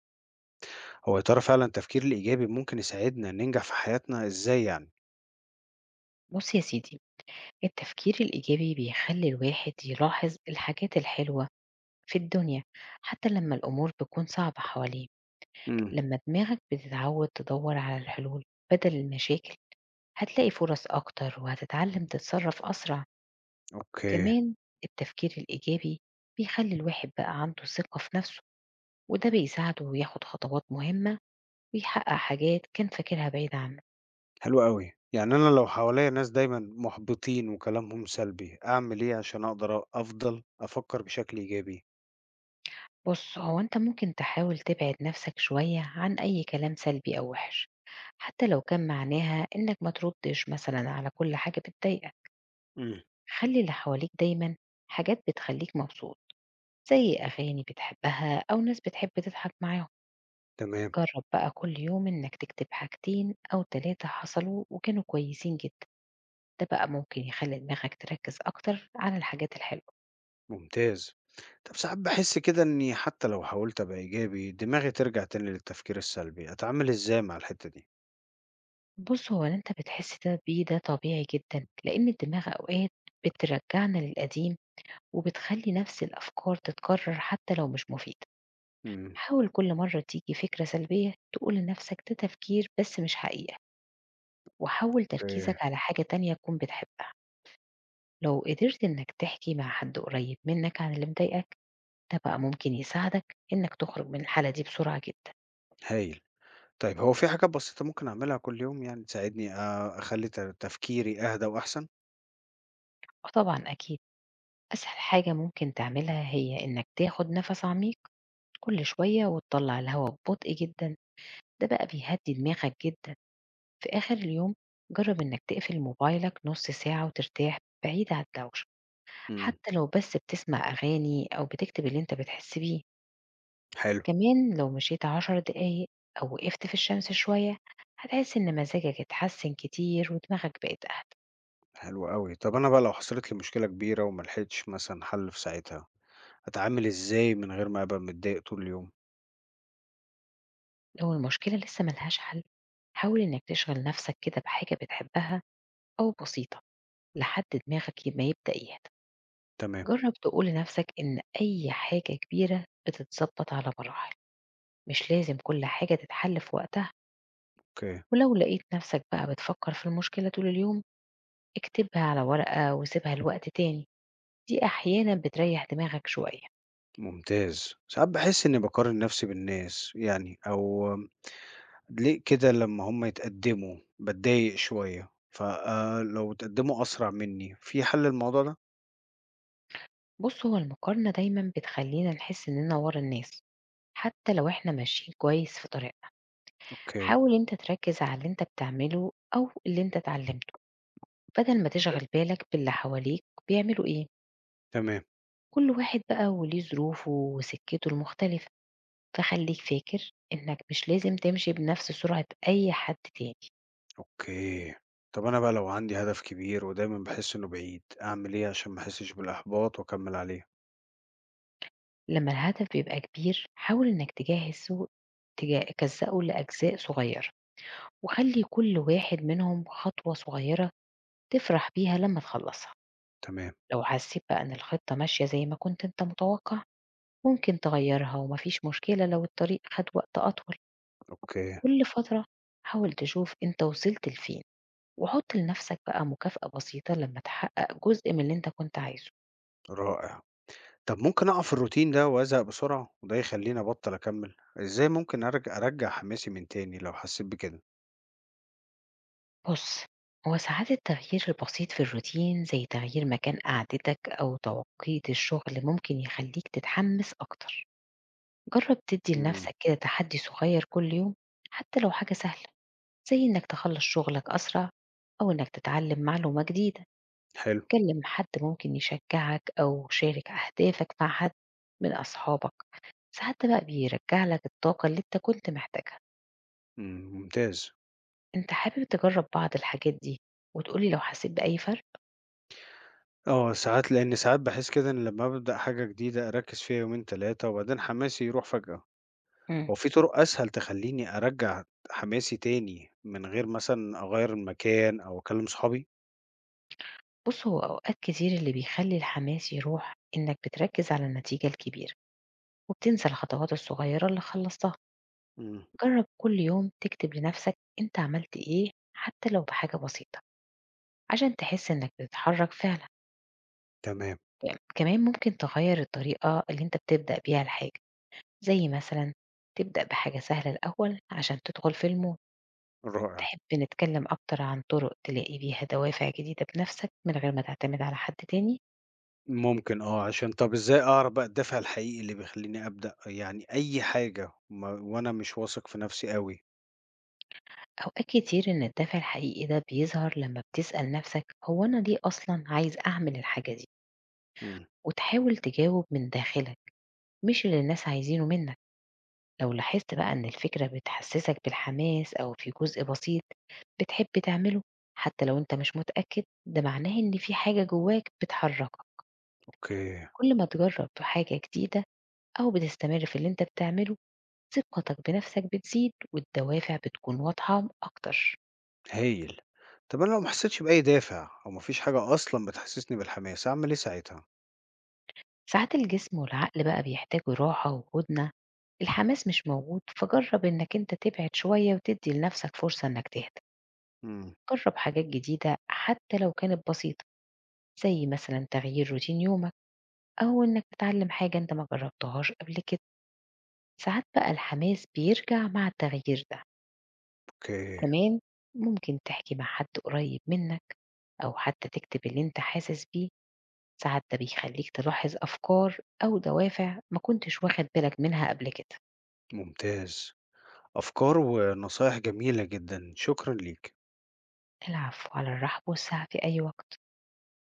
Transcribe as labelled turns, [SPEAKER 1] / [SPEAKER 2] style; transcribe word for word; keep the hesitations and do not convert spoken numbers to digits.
[SPEAKER 1] هو يا ترى فعلا التفكير الإيجابي ممكن يساعدنا ننجح في حياتنا إزاي يعني؟
[SPEAKER 2] بص يا سيدي، التفكير الإيجابي بيخلي الواحد يلاحظ الحاجات الحلوة في الدنيا حتى لما الأمور بتكون صعبة حواليه.
[SPEAKER 1] امم.
[SPEAKER 2] لما دماغك بتتعود تدور على الحلول بدل المشاكل، هتلاقي فرص أكتر وهتتعلم تتصرف أسرع.
[SPEAKER 1] أوكي.
[SPEAKER 2] كمان التفكير الإيجابي بيخلي الواحد بقى عنده ثقة في نفسه، وده بيساعده ياخد خطوات مهمة ويحقق حاجات كان فاكرها بعيد عنه.
[SPEAKER 1] حلو قوي يعني أنا لو حواليا ناس دايما محبطين وكلامهم سلبي أعمل إيه عشان أقدر أ- أفضل أفكر بشكل إيجابي؟
[SPEAKER 2] بُص، هو أنت ممكن تحاول تبعد نفسك شوية عن أي كلام سلبي أو وِحِش، حتى لو كان معناها إنك ما تردّش مثلًا على كل حاجة بتضايقك.
[SPEAKER 1] امم.
[SPEAKER 2] خلّي اللي حواليك دايمًا حاجات بتخلّيك مبسوط، زي أغاني بتحبها أو ناس بتحب تضحك معاهم.
[SPEAKER 1] تمام.
[SPEAKER 2] جرّب بقى كل يوم إنك تكتب حاجتين أو تلاتة حصلوا وكانوا كويسين جدًا، ده بقى ممكن يخلّي دماغك تركّز أكتر على الحاجات الحلوة.
[SPEAKER 1] ممتاز. طب ساعات بحس كده إني حتى لو حاولت أبقى إيجابي دماغي ترجع تاني للتفكير السلبي أتعامل إزاي مع الحتة دي؟
[SPEAKER 2] بُص، هو اللي أنت بتحس ده بيه ده طبيعي جدًا، لإن الدماغ أوقات بترجّعنا للقديم وبتخلّي نفس الأفكار تتكرر حتى لو مش مفيدة.
[SPEAKER 1] امم.
[SPEAKER 2] حاول كل مرة تيجي فكرة سلبية تقول لنفسك ده تفكير بس مش حقيقة، وحوِّل تركيزك
[SPEAKER 1] أوكي.
[SPEAKER 2] على حاجة تانية تكون بتحبها. لو قدرت إنك تحكي مع حد قريب منك عن اللي مضايقك، ده بقى ممكن يساعدك إنك تخرج من الحالة دي بسرعة جدًا.
[SPEAKER 1] هايل. طيب هو في حاجات بسيطة ممكن أعملها كل يوم يعني تساعدني أ- أخلي ت- تفكيري أهدى وأحسن؟
[SPEAKER 2] وطبعًا أكيد أسهل حاجة ممكن تعملها هي إنك تاخد نفس عميق كل شوية وتطلع الهواء ببطء جدًا، ده بقى بيهدّي دماغك جدًا. في آخر اليوم جرّب إنك تقفل موبايلك نُص ساعة وترتاح بعيد عن الدوشة،
[SPEAKER 1] مم.
[SPEAKER 2] حتى لو بس بتسمع أغاني أو بتكتب اللي أنت بتحس بيه.
[SPEAKER 1] حلو،
[SPEAKER 2] كمان لو مشيت عشر دقايق أو وقفت في الشمس شوية، هتحس إن مزاجك اتحسن كتير ودماغك بقت أهدى.
[SPEAKER 1] حلو أوي. طب أنا بقى لو حصلت لي مشكلة كبيرة وما لحقتش مثلًا حل في ساعتها، أتعامل إزاي من غير ما أبقى متضايق طول اليوم؟
[SPEAKER 2] لو المشكلة لسه ما لهاش حل، حاول إنك تشغل نفسك كده بحاجة بتحبها أو بسيطة لحد دماغك ي ما يبدأ يهدا.
[SPEAKER 1] تمام،
[SPEAKER 2] جرب تقول لنفسك إن أي حاجة كبيرة بتتظبط على مراحل، مش لازم كل حاجة تتحل في وقتها.
[SPEAKER 1] أوكي،
[SPEAKER 2] ولو لقيت نفسك بقى بتفكر في المشكلة طول اليوم، اكتبها على ورقة وسيبها لوقت تاني، دي أحيانا بتريح دماغك شوية.
[SPEAKER 1] ممتاز. ساعات باحس إني باقارن نفسي بالناس يعني أو ليه كده لمّا هم يتقدموا باتضايق شوية، ف آآ، لو اتقدموا أسرع مني، في حل للموضوع ده؟
[SPEAKER 2] بص، هو المقارنة دايما بتخلينا نحس إننا ورا الناس حتى لو احنا ماشيين كويس في طريقنا.
[SPEAKER 1] أوكي،
[SPEAKER 2] حاول انت تركز على اللي انت بتعمله أو اللي انت اتعلمته بدل ما تشغل بالك باللي حواليك بيعملوا ايه.
[SPEAKER 1] تمام،
[SPEAKER 2] كل واحد بقى وليه ظروفه وسكته المختلفة، فخليك فاكر إنك مش لازم تمشي بنفس سرعة أي حد تاني.
[SPEAKER 1] أوكي. طب أنا بقى لو عندي هدف كبير ودايمًا باحس إنه بعيد، أعمل إيه عشان ما أحسش بالإحباط وأكمل عليه؟
[SPEAKER 2] لما الهدف بيبقى كبير، حاول إنك تجهزه، تجا- تجزأه لأجزاء صغيرة، وخلي كل واحد منهم خطوة صغيرة تفرح بيها لما تخلصها.
[SPEAKER 1] تمام،
[SPEAKER 2] لو حسيت بقى إن الخطة ماشية زي ما كنت أنت متوقع، ممكن تغيرها، ومفيش مشكلة لو الطريق خد وقت أطول.
[SPEAKER 1] أوكي.
[SPEAKER 2] كل فترة حاول تشوف أنت وصلت لفين، وحُط لنَفْسك بقى مكافأة بسيطة لمّا تحقق جزء من اللي أنت كنت عايزه.
[SPEAKER 1] رائع. طب ممكن أقع في الروتين ده وأزهق بسرعة وده يخلّيني أبطّل أكمّل، إزاي ممكن أرج أرجّع حماسي من تاني لو حسّيت بكده؟
[SPEAKER 2] بُص، هو ساعات التغيير البسيط في الroutine زي تغيير مكان قعدتك أو توقيت الشغل ممكن يخلّيك تتحمّس أكتر. جرّب تدّي
[SPEAKER 1] إمم،
[SPEAKER 2] لنَفْسك كده تحدّي صغير كل يوم، حتى لو حاجة سهلة، زي إنّك تخلّص شغلك أسرع أو إنّك تتعلّم معلومة جديدة.
[SPEAKER 1] حلو،
[SPEAKER 2] كلِّم حد ممكن يشجّعك أو شارك أهدافك مع حد من أصحابك، ساعات ده بقى بيرجّع لك الطاقة اللي أنت كنت محتاجها.
[SPEAKER 1] إمم، ممتاز.
[SPEAKER 2] أنت حابب تجرّب بعض الحاجات دي وتقول لي لو حسّيت بأي فرق؟
[SPEAKER 1] آه، ساعات لإن ساعات باحس كده إن لمّا بابدأ حاجة جديدة أركّز فيها يومين، ثلاثة وبعدين حماسي يروح فجأة.
[SPEAKER 2] إمم.
[SPEAKER 1] هو في طُرق أسهل تخلّيني أرجّع حماسي تاني من غير مثلًا أغيّر المكان أو أكلّم صحابي؟
[SPEAKER 2] بُص، هو أوقات كتير اللي بيخلّي الحماس يروح إنّك بتركّز على النتيجة الكبيرة وبتنسى الخطوات الصغيّرة اللي خلّصتها.
[SPEAKER 1] إمم،
[SPEAKER 2] جرّب كل يوم تكتب لنَفْسك أنت عملت إيه، حتّى لو بحاجة بسيطة، عشان تحس إنّك بتتحرّك فعلًا.
[SPEAKER 1] تمام،
[SPEAKER 2] ك كمان ممكن تغيّر الطريقة اللي أنت بتبدأ بيها الحاجة، زي مثلًا تبدأ بحاجة سهلة الأول عشان تدخُل في الmood.
[SPEAKER 1] رائع.
[SPEAKER 2] تحب نتكلم أكتر عن طرق تلاقي بيها دوافع جديدة بنفسك من غير ما تعتمد على حد تاني؟
[SPEAKER 1] ممكن آه، عشان طب إزاي أعرف بقى الدافع الحقيقي اللي بيخلّيني أبدأ يعني أي حاجة ما وأنا مش واثق في نفسي أوي؟
[SPEAKER 2] أوقات كتير إن الدافع الحقيقي ده بيظهر لما بتسأل نفسك هو أنا ليه أصلا عايز أعمل الحاجة دي؟
[SPEAKER 1] إمم،
[SPEAKER 2] وتحاول تجاوب من داخلك مش اللي الناس عايزينه منك. لو لاحظت بقى إن الفكرة بتحسسك بالحماس أو في جزء بسيط بتحب تعمله، حتى لو أنت مش متأكد، ده معناه إن في حاجة جواك بتحركك.
[SPEAKER 1] أوكي،
[SPEAKER 2] كل ما تجرب في حاجة جديدة أو بتستمر في اللي أنت بتعمله، ثقتك بنفسك بتزيد والدوافع بتكون واضحة أكتر.
[SPEAKER 1] هايل. طب أنا لو ما حسيتش بأي دافع أو ما فيش حاجة أصلًا بتحسسني بالحماس، أعمل إيه ساعتها؟
[SPEAKER 2] ساعات الجسم والعقل بقى بيحتاجوا راحة وهدنة، الحماس مش موجود، فجرب إنك أنت تبعد شوية وتدي لنفسك فرصة إنك تهدى.
[SPEAKER 1] إمم،
[SPEAKER 2] جرب حاجات جديدة حتى لو كانت بسيطة، زي مثلا تغيير روتين يومك أو إنك تتعلم حاجة أنت ما جربتهاش قبل كده، ساعات بقى الحماس بيرجع مع التغيير ده.
[SPEAKER 1] أوكي،
[SPEAKER 2] كمان ممكن تحكي مع حد قريب منك أو حتى تكتب اللي أنت حاسس بيه، ساعات ده بيخلّيك تلاحظ أفكار أو دوافع ما كنتش واخد بالك منها قبل كده.
[SPEAKER 1] ممتاز. أفكار ونصايح جميلة جدًا، شكرًا ليك.
[SPEAKER 2] العفو، على الرحب والسعة في أي وقت.